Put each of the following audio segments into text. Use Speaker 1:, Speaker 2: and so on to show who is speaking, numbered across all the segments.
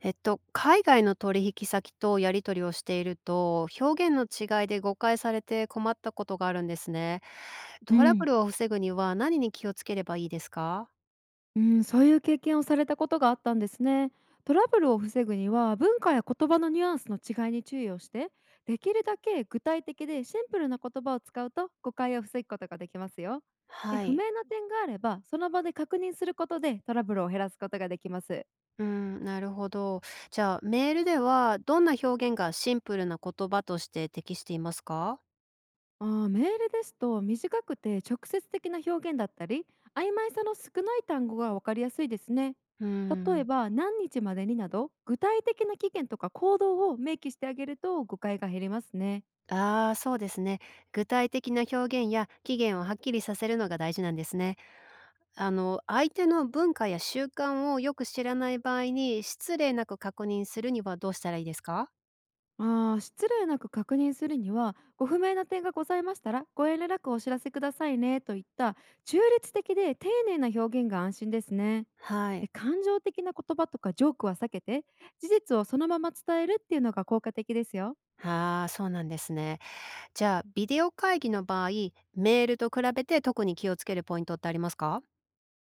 Speaker 1: 海外の取引先とやり取りをしていると、表現の違いで誤解されて困ったことがあるんですね。
Speaker 2: う
Speaker 1: トラブ
Speaker 2: ん、
Speaker 1: ルを防ぐには何に気をつければいいですか？
Speaker 2: うん、そういう経験をされたことがあったんですね。トラブルを防ぐには文化や言葉のニュアンスの違いに注意をして、できるだけ具体的でシンプルな言葉を使うと誤解を防ぐことができますよ。で、
Speaker 1: は
Speaker 2: 不
Speaker 1: い。
Speaker 2: 明な点があればその場で確認することでトラブルを減らすことができます。
Speaker 1: うん、なるほど。じゃあ、メールではどんな表現がシンプルな言葉として適していますか？
Speaker 2: メールですと短くて直接的な表現だったり、曖昧さの少ない単語が分かりやすいですね。
Speaker 1: う
Speaker 2: 例え
Speaker 1: ん。
Speaker 2: ば何日までになど、具体的な期限とか行動を明記してあげると誤解が減りますね。
Speaker 1: ああ、そうですね。具体的な表現や期限をはっきりさせるのが大事なんですね。あの、相手の文化や習慣をよく知らない場合に、失礼なく確認するにはどうしたらいいですか？
Speaker 2: 失礼なく確認するには、ご不明な点がございましたらご遠慮なくお知らせくださいねといった中立的で丁寧な表現が安心ですね。
Speaker 1: は
Speaker 2: で、
Speaker 1: い。
Speaker 2: 感情的な言葉とかジョークは避けて、事実をそのまま伝えるっていうのが効果的ですよ。
Speaker 1: ああ、そうなんですね。じゃあ、ビデオ会議の場合、メールと比べて特に気をつけるポイントってありますか？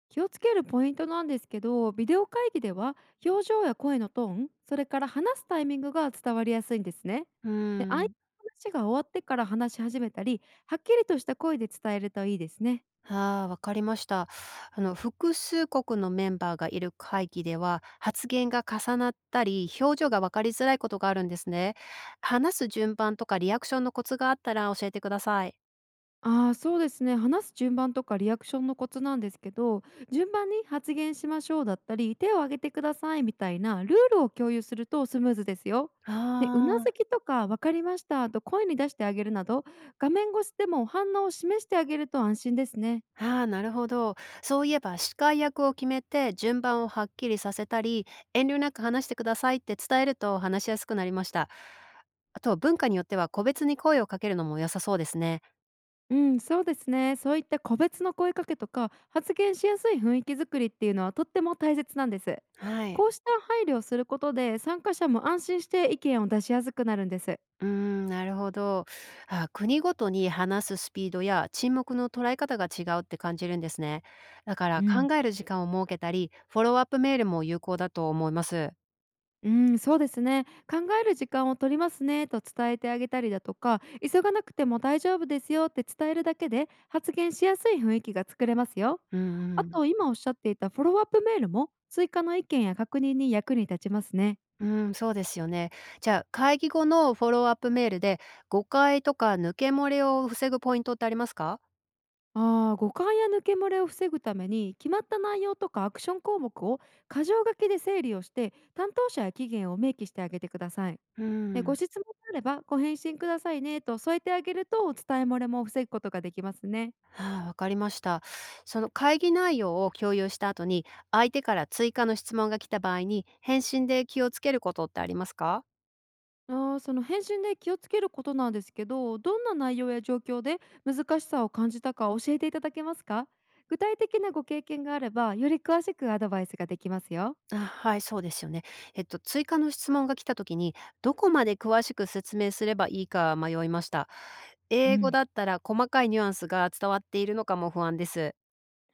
Speaker 2: 気をつけるポイントなんですけど、ビデオ会議では表情や声のトーン、それから話すタイミングが伝わりやすいんですね。
Speaker 1: うー
Speaker 2: で、相手の
Speaker 1: ん。
Speaker 2: 話が終わってから話し始めたり、はっきりとした声で伝えるといいですね。
Speaker 1: ああ、わかりました。あの、複数国のメンバーがいる会議では、発言が重なったり、表情が分かりづらいことがあるんですね。話す順番とかリアクションのコツがあったら教えてください。
Speaker 2: ああ、そうですね。話す順番とかリアクションのコツなんですけど、順番に発言しましょうだったり、手を挙げてくださいみたいなルールを共有するとスムーズですよ。
Speaker 1: あ
Speaker 2: で、うなず
Speaker 1: あ。
Speaker 2: きとか分かりましたと声に出してあげるなど、画面越しでも反応を示してあげると安心ですね。
Speaker 1: ああ、なるほど。そういえば司会役を決めて順番をはっきりさせたり、遠慮なく話してくださいって伝えると話しやすくなりました。あと文化によっては個別に声をかけるのも良さそうですね。
Speaker 2: うん、そうですね。そういった個別の声かけとか発言しやすい雰囲気づくりっていうのは、とっても大切なんです。
Speaker 1: はい。
Speaker 2: こうした配慮をすることで参加者も安心して意見を出しやすくなるんです。
Speaker 1: うーん、なるほど。あ、国ごとに話すスピードや沈黙の捉え方が違うって感じるんですね。だか
Speaker 2: う
Speaker 1: ら
Speaker 2: ん、
Speaker 1: 考える時間を設けたり、フォローアップメールも有効だと思います。
Speaker 2: うん、そうですね。考える時間を取りますねと伝えてあげたりだとか、急がなくても大丈夫ですよって伝えるだけで発言しやすい雰囲気が作れますよ。
Speaker 1: うん
Speaker 2: あ
Speaker 1: うん。
Speaker 2: と、今おっしゃっていたフォローアップメールも追加の意見や確認に役に立ちますね。
Speaker 1: うん、そうですよね。じゃあ、会議後のフォローアップメールで、誤解とか抜け漏れを防ぐポイントってありますか？
Speaker 2: ああ、誤解や抜け漏れを防ぐために、決まった内容とかアクション項目を箇条書きで整理をして、担当者や期限を明記してあげてください。
Speaker 1: う
Speaker 2: で、ご
Speaker 1: ん。
Speaker 2: 質問があればご返信くださいねと添えてあげると、伝え漏れも防ぐことができますね。
Speaker 1: ああ、わかりました。その会議内容を共有した後に、相手から追加の質問が来た場合に、返信で気をつけることってありますか？
Speaker 2: その返信で気をつけることなんですけど、どんな内容や状況で難しさを感じたか教えていただけますか？具体的なご経験があればより詳しくアドバイスができますよ。
Speaker 1: あ、はい、そうですよね。追加の質問が来た時に、どこまで詳しく説明すればいいか迷いました。
Speaker 2: う
Speaker 1: 英語
Speaker 2: ん。
Speaker 1: だったら細かいニュアンスが伝わっているのかも不安です。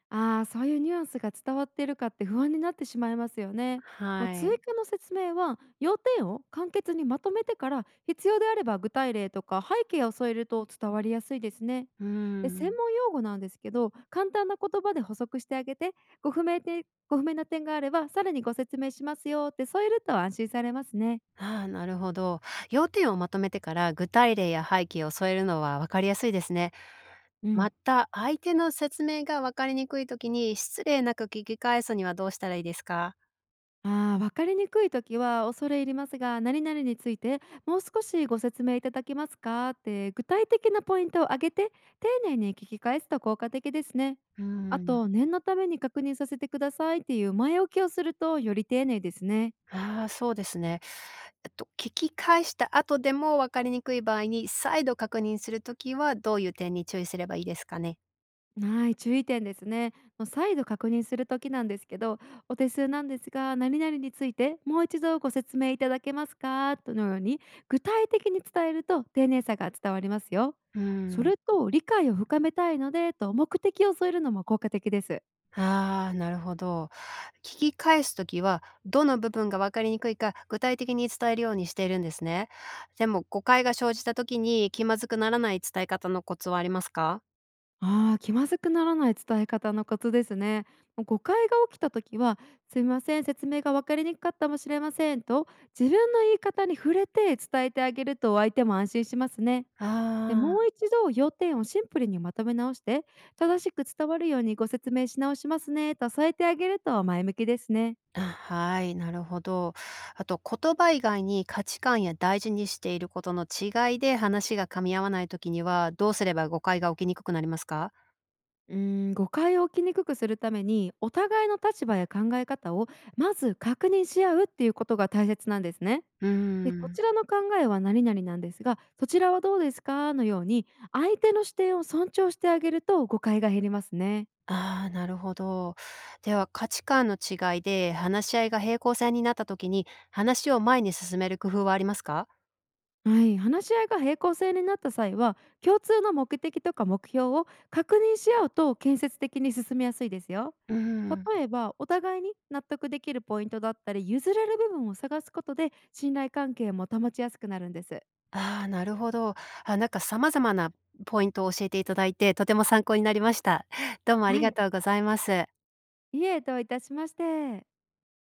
Speaker 2: ああ、そういうニュアンスが伝わっているかって不安になってしまいますよね。まあ、
Speaker 1: は
Speaker 2: 追
Speaker 1: い。
Speaker 2: 加の説明は要点を簡潔にまとめてから、必要であれば具体例とか背景を添えると伝わりやすいですね。
Speaker 1: う
Speaker 2: で、専
Speaker 1: ん。
Speaker 2: 門用語なんですけど、簡単な言葉で補足してあげて、ご不明な点があればさらにご説明しますよって添えると安心されますね。
Speaker 1: ああ、なるほど。要点をまとめてから具体例や背景を添えるのは分かりやすいですね。
Speaker 2: う
Speaker 1: ま
Speaker 2: ん。
Speaker 1: た、相手の説明が分かりにくい時に失礼なく聞き返すにはどうしたらいいですか？
Speaker 2: ああ、分かりにくい時は、恐れ入りますが、何々についてもう少しご説明いただけますかって具体的なポイントを挙げて丁寧に聞き返すと効果的ですね。
Speaker 1: う
Speaker 2: あ
Speaker 1: ん。
Speaker 2: と、念のために確認させてくださいっていう前置きをするとより丁寧ですね。
Speaker 1: ああ、そうですね。聞き返した後でも分かりにくい場合に再度確認するときはどういう点に注意すればいいですかね？
Speaker 2: はい、注意点ですね。もう再度確認するときなんですけど、お手数なんですが、何々についてもう一度ご説明いただけますかとのように、具体的に伝えると丁寧さが伝わりますよ。
Speaker 1: う
Speaker 2: そ
Speaker 1: ん。
Speaker 2: れと、理解を深めたいのでと目的を添えるのも効果的です。
Speaker 1: ああ、なるほど。聞き返すときは、どの部分が分かりにくいか具体的に伝えるようにしているんですね。でも、誤解が生じたときに気まずくならない伝え方のコツはありますか？
Speaker 2: ああ、気まずくならない伝え方のコツですね。誤解が起きたときは、すみません、説明が分かりにくかったかもしれませんと、自分の言い方に触れて伝えてあげると相手も安心しますね。
Speaker 1: あ
Speaker 2: で、も
Speaker 1: ー、
Speaker 2: う一度要点をシンプルにまとめ直して、正しく伝わるようにご説明し直しますねと添えてあげると前向きですね。
Speaker 1: あ、はい、なるほど。あと、言葉以外に価値観や大事にしていることの違いで話が噛み合わないときには、どうすれば誤解が起きにくくなりますか？
Speaker 2: うー誤解を起きにくくするために、お互いの立場や考え方をまず確認し合うっていうことが大切なんですね。
Speaker 1: うー
Speaker 2: で、こ
Speaker 1: ん。
Speaker 2: ちらの考えは何々なんですが、そちらはどうですかのように、相手の視点を尊重してあげると誤解が減りますね。
Speaker 1: ああ、なるほど。では、価値観の違いで話し合いが平行線になったときに、話を前に進める工夫はありますか？
Speaker 2: はい、話し合いが平行線になった際は、共通の目的とか目標を確認し合うと建設的に進みやすいですよ。
Speaker 1: うん。
Speaker 2: 例えば、お互いに納得できるポイントだったり譲れる部分を探すことで信頼関係も保ちやすくなるんです。
Speaker 1: ああ、なるほど。あ、なんか様々なポイントを教えていただいて、とても参考になりました。どうもあり
Speaker 2: は
Speaker 1: が
Speaker 2: い、
Speaker 1: とうございます。
Speaker 2: いいえ、どういたしまして。